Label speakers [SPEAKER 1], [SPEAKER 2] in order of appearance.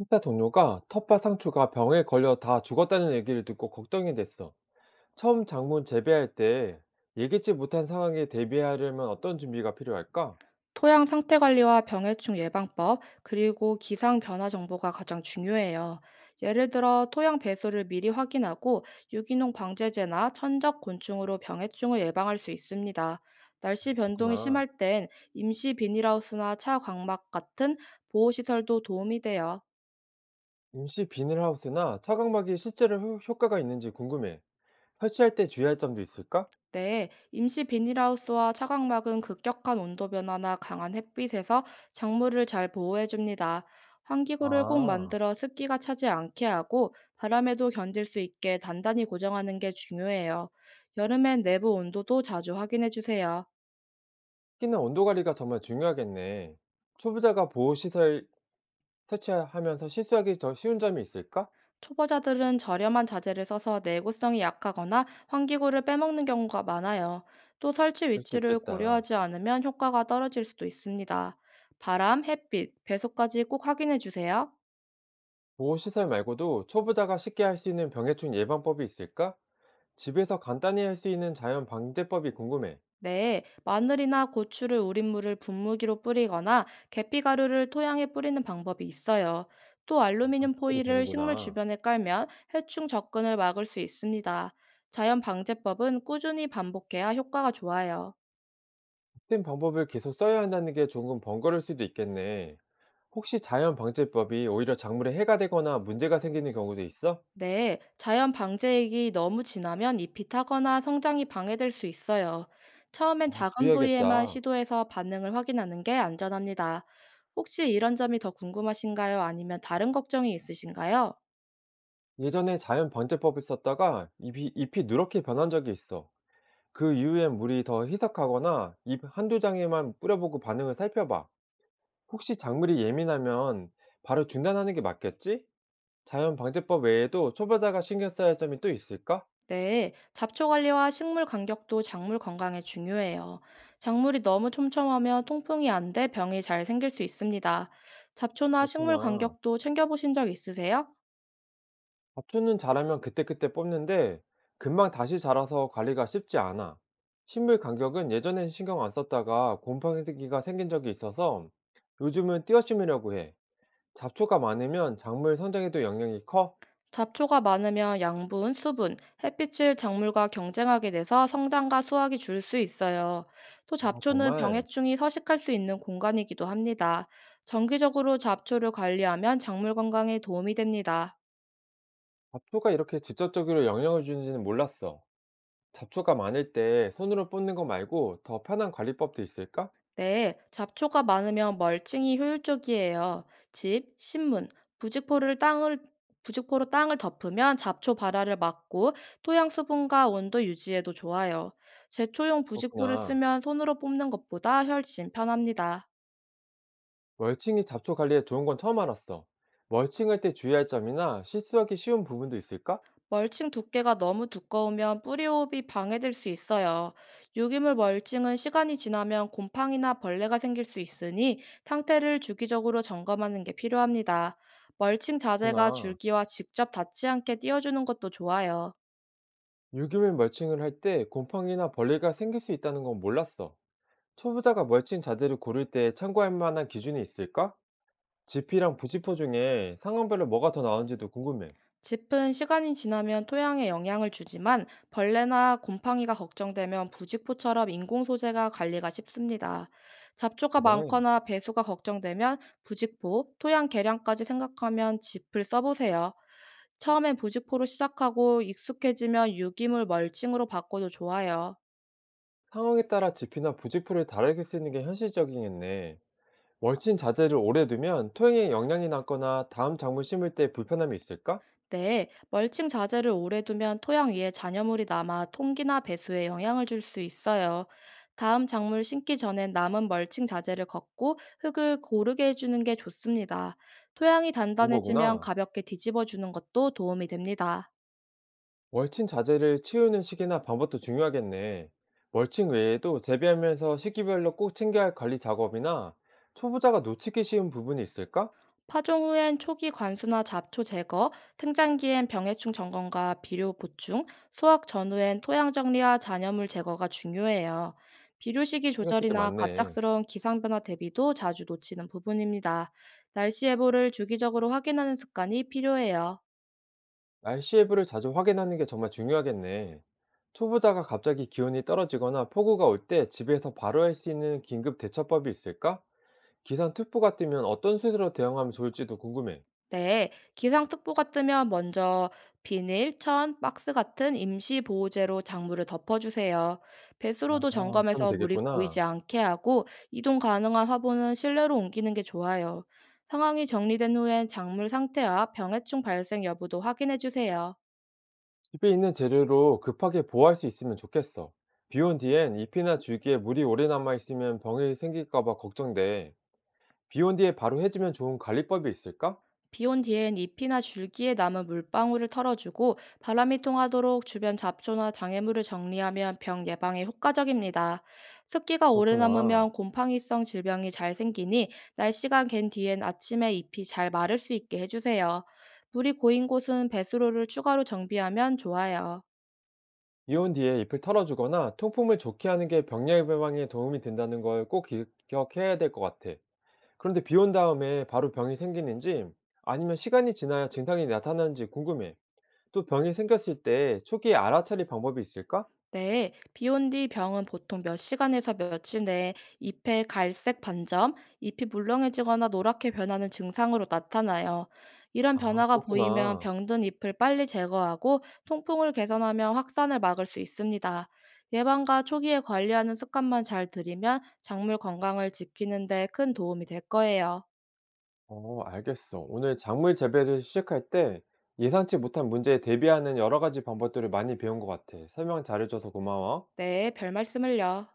[SPEAKER 1] 회사 동료가 텃밭 상추가 병에 걸려 다 죽었다는 얘기를 듣고 걱정이 됐어. 처음 작물 재배할 때 예기치 못한 상황에 대비하려면 어떤 준비가 필요할까?
[SPEAKER 2] 토양 상태 관리와 병해충 예방법, 그리고 기상 변화 정보가 가장 중요해요. 예를 들어 토양 배수를 미리 확인하고 유기농 방제제나 천적 곤충으로 병해충을 예방할 수 있습니다. 날씨 변동이
[SPEAKER 1] 그렇구나.
[SPEAKER 2] 심할 땐 임시 비닐하우스나 차 광막 같은 보호시설도 도움이 돼요.
[SPEAKER 1] 임시 비닐하우스나 차광막이 실제로 효과가 있는지 궁금해. 설치할 때 주의할 점도 있을까?
[SPEAKER 2] 네, 임시 비닐하우스와 차광막은 급격한 온도 변화나 강한 햇빛에서 작물을 잘 보호해 줍니다. 환기구를 꼭
[SPEAKER 1] 아,
[SPEAKER 2] 만들어 습기가 차지 않게 하고 바람에도 견딜 수 있게 단단히 고정하는 게 중요해요. 여름엔 내부 온도도 자주 확인해 주세요.
[SPEAKER 1] 특히나 온도 관리가 정말 중요하겠네. 초보자가 보호시설 설치하면서 실수하기 더 쉬운 점이 있을까?
[SPEAKER 2] 초보자들은 저렴한 자재를 써서 내구성이 약하거나 환기구를 빼먹는 경우가 많아요. 또 설치
[SPEAKER 1] 그럴 수
[SPEAKER 2] 위치를
[SPEAKER 1] 있겠다.
[SPEAKER 2] 고려하지 않으면 효과가 떨어질 수도 있습니다. 바람, 햇빛, 배수까지 꼭 확인해 주세요.
[SPEAKER 1] 보호시설 말고도 초보자가 쉽게 할 수 있는 병해충 예방법이 있을까? 집에서 간단히 할 수 있는 자연 방제법이 궁금해.
[SPEAKER 2] 네, 마늘이나 고추를 우린 물을 분무기로 뿌리거나 계피가루를 토양에 뿌리는 방법이 있어요. 또
[SPEAKER 1] 아,
[SPEAKER 2] 알루미늄
[SPEAKER 1] 해도
[SPEAKER 2] 포일을 식물
[SPEAKER 1] 되는구나.
[SPEAKER 2] 주변에 깔면 해충 접근을 막을 수 있습니다. 자연 방제법은 꾸준히 반복해야 효과가 좋아요.
[SPEAKER 1] 같은 방법을 계속 써야 한다는 게 조금 번거로울 수도 있겠네. 혹시 자연 방제법이 오히려 작물에 해가 되거나 문제가 생기는 경우도 있어?
[SPEAKER 2] 네, 자연 방제액이 너무 진하면 잎이 타거나 성장이 방해될 수 있어요. 처음엔
[SPEAKER 1] 아,
[SPEAKER 2] 작은 부위에만
[SPEAKER 1] 주의해야겠다.
[SPEAKER 2] 시도해서 반응을 확인하는 게 안전합니다. 혹시 이런 점이 더 궁금하신가요? 아니면 다른 걱정이 있으신가요?
[SPEAKER 1] 예전에 자연 방제법을 썼다가 잎이 누렇게 변한 적이 있어. 그 이후엔 물이 더 희석하거나 잎 한두 장에만 뿌려보고 반응을 살펴봐. 혹시 작물이 예민하면 바로 중단하는 게 맞겠지? 자연 방제법 외에도 초보자가 신경 써야 할 점이 또 있을까?
[SPEAKER 2] 네, 잡초 관리와 식물 간격도 작물 건강에 중요해요. 작물이 너무 촘촘하면 통풍이 안 돼 병이 잘 생길 수 있습니다. 잡초나 식물
[SPEAKER 1] 그렇구나.
[SPEAKER 2] 간격도 챙겨보신 적 있으세요?
[SPEAKER 1] 잡초는 자라면 그때그때 뽑는데 금방 다시 자라서 관리가 쉽지 않아. 식물 간격은 예전엔 신경 안 썼다가 곰팡이가 생긴 적이 있어서 요즘은 띄어 심으려고 해. 잡초가 많으면 작물 성장에도 영향이 커?
[SPEAKER 2] 잡초가 많으면 양분, 수분, 햇빛을 작물과 경쟁하게 돼서 성장과 수확이 줄 수 있어요. 또
[SPEAKER 1] 아,
[SPEAKER 2] 잡초는
[SPEAKER 1] 정말
[SPEAKER 2] 병해충이 서식할 수 있는 공간이기도 합니다. 정기적으로 잡초를 관리하면 작물 건강에 도움이 됩니다.
[SPEAKER 1] 잡초가 이렇게 직접적으로 영향을 주는지는 몰랐어. 잡초가 많을 때 손으로 뽑는 거 말고 더 편한 관리법도 있을까?
[SPEAKER 2] 네, 잡초가 많으면 멀칭이 효율적이에요. 집, 신문, 부직포를 땅을 부직포로 땅을 덮으면 잡초 발화를 막고 토양 수분과 온도 유지에도 좋아요. 제초용 부직포를
[SPEAKER 1] 그렇구나.
[SPEAKER 2] 쓰면 손으로 뽑는 것보다 훨씬 편합니다.
[SPEAKER 1] 멀칭이 잡초 관리에 좋은 건 처음 알았어. 멀칭할 때 주의할 점이나 실수하기 쉬운 부분도 있을까?
[SPEAKER 2] 멀칭 두께가 너무 두꺼우면 뿌리 호흡이 방해될 수 있어요. 유기물 멀칭은 시간이 지나면 곰팡이나 벌레가 생길 수 있으니 상태를 주기적으로 점검하는 게 필요합니다. 멀칭 자재가
[SPEAKER 1] 그렇구나.
[SPEAKER 2] 줄기와 직접 닿지 않게 띄워주는 것도 좋아요.
[SPEAKER 1] 유기물 멀칭을 할 때 곰팡이나 벌레가 생길 수 있다는 건 몰랐어. 초보자가 멀칭 자재를 고를 때 참고할 만한 기준이 있을까? 지피랑 부지포 중에 상황별로 뭐가 더 나은지도 궁금해.
[SPEAKER 2] 짚은 시간이 지나면 토양에 영향을 주지만 벌레나 곰팡이가 걱정되면 부직포처럼 인공 소재가 관리가 쉽습니다. 잡초가
[SPEAKER 1] 그래.
[SPEAKER 2] 많거나 배수가 걱정되면 부직포, 토양 개량까지 생각하면 짚을 써보세요. 처음엔 부직포로 시작하고 익숙해지면 유기물 멀칭으로 바꿔도 좋아요.
[SPEAKER 1] 상황에 따라 지피나 부지포를 다르게 쓰는 게 현실적이겠네. 멀칭 자재를 오래 두면 토양에 영향이 남거나 다음 작물 심을 때 불편함이 있을까?
[SPEAKER 2] 네, 멀칭 자재를 오래 두면 토양 위에 잔여물이 남아 통기나 배수에 영향을 줄 수 있어요. 다음 작물 심기 전엔 남은 멀칭 자재를 걷고 흙을 고르게 해주는 게 좋습니다. 토양이
[SPEAKER 1] 그런
[SPEAKER 2] 단단해지면
[SPEAKER 1] 거구나.
[SPEAKER 2] 가볍게 뒤집어 주는 것도 도움이 됩니다.
[SPEAKER 1] 멀칭 자재를 치우는 시기나 방법도 중요하겠네. 멀칭 외에도 재배하면서 시기별로 꼭 챙겨야 할 관리 작업이나 초보자가 놓치기 쉬운 부분이 있을까?
[SPEAKER 2] 파종 후엔 초기 관수나 잡초 제거, 생장기엔 병해충 점검과 비료 보충, 수확 전후엔 토양 정리와 잔여물 제거가 중요해요. 비료 시기
[SPEAKER 1] 신경 쓸 게
[SPEAKER 2] 조절이나
[SPEAKER 1] 많네.
[SPEAKER 2] 갑작스러운 기상 변화 대비도 자주 놓치는 부분입니다. 날씨 예보를 주기적으로 확인하는 습관이 필요해요.
[SPEAKER 1] 날씨 앱를 자주 확인하는 게 정말 중요하겠네. 초보자가 갑자기 기온이 떨어지거나 폭우가 올 때 집에서 바로 할 수 있는 긴급 대처법이 있을까? 기상특보가 뜨면 어떤 수로 대응하면 좋을지도 궁금해.
[SPEAKER 2] 네, 기상특보가 뜨면 먼저 비닐, 천, 박스 같은 임시 보호제로 작물을 덮어주세요.
[SPEAKER 1] 아,
[SPEAKER 2] 배수로도
[SPEAKER 1] 그러면
[SPEAKER 2] 점검해서 물이 고이지
[SPEAKER 1] 되겠구나.
[SPEAKER 2] 않게 하고 이동 가능한 화분은 실내로 옮기는 게 좋아요. 상황이 정리된 후엔 작물 상태와 병해충 발생 여부도 확인해 주세요.
[SPEAKER 1] 집에 있는 재료로 급하게 보호할 수 있으면 좋겠어. 비온 뒤엔 잎이나 줄기에 물이 오래 남아 있으면 병이 생길까 봐 걱정돼. 비온 뒤에 바로 해주면 좋은 관리법이 있을까?
[SPEAKER 2] 비 온 뒤엔 잎이나 줄기에 남은 물방울을 털어주고 바람이 통하도록 주변 잡초나 장애물을 정리하면 병 예방에 효과적입니다. 습기가 오래
[SPEAKER 1] 그렇구나.
[SPEAKER 2] 남으면 곰팡이성 질병이 잘 생기니 날씨가 갠 뒤엔 아침에 잎이 잘 마를 수 있게 해주세요. 물이 고인 곳은 배수로를 추가로 정비하면 좋아요.
[SPEAKER 1] 비온 뒤에 잎을 털어주거나 통풍을 좋게 하는 게 병 예방에 도움이 된다는 걸 꼭 기억해야 될 것 같아. 그런데 비온 다음에 바로 병이 생기는지 아니면 시간이 지나야 증상이 나타나는지 궁금해. 또 병이 생겼을 때 초기에 알아차릴 방법이 있을까?
[SPEAKER 2] 네, 비온 뒤 병은 보통 몇 시간에서 며칠 내에 잎의 갈색 반점, 잎이 물렁해지거나 노랗게 변하는 증상으로 나타나요. 이런
[SPEAKER 1] 아,
[SPEAKER 2] 변화가 보이면
[SPEAKER 1] 그렇구나.
[SPEAKER 2] 병든 잎을 빨리 제거하고 통풍을 개선하며 확산을 막을 수 있습니다. 예방과 초기에 관리하는 습관만 잘 들이면 작물 건강을 지키는 데 큰 도움이 될 거예요.
[SPEAKER 1] 알겠어. 오늘 작물 재배를 시작할 때 예상치 못한 문제에 대비하는 여러 가지 방법들을 많이 배운 것 같아. 설명 잘해줘서 고마워.
[SPEAKER 2] 네, 별 말씀을요.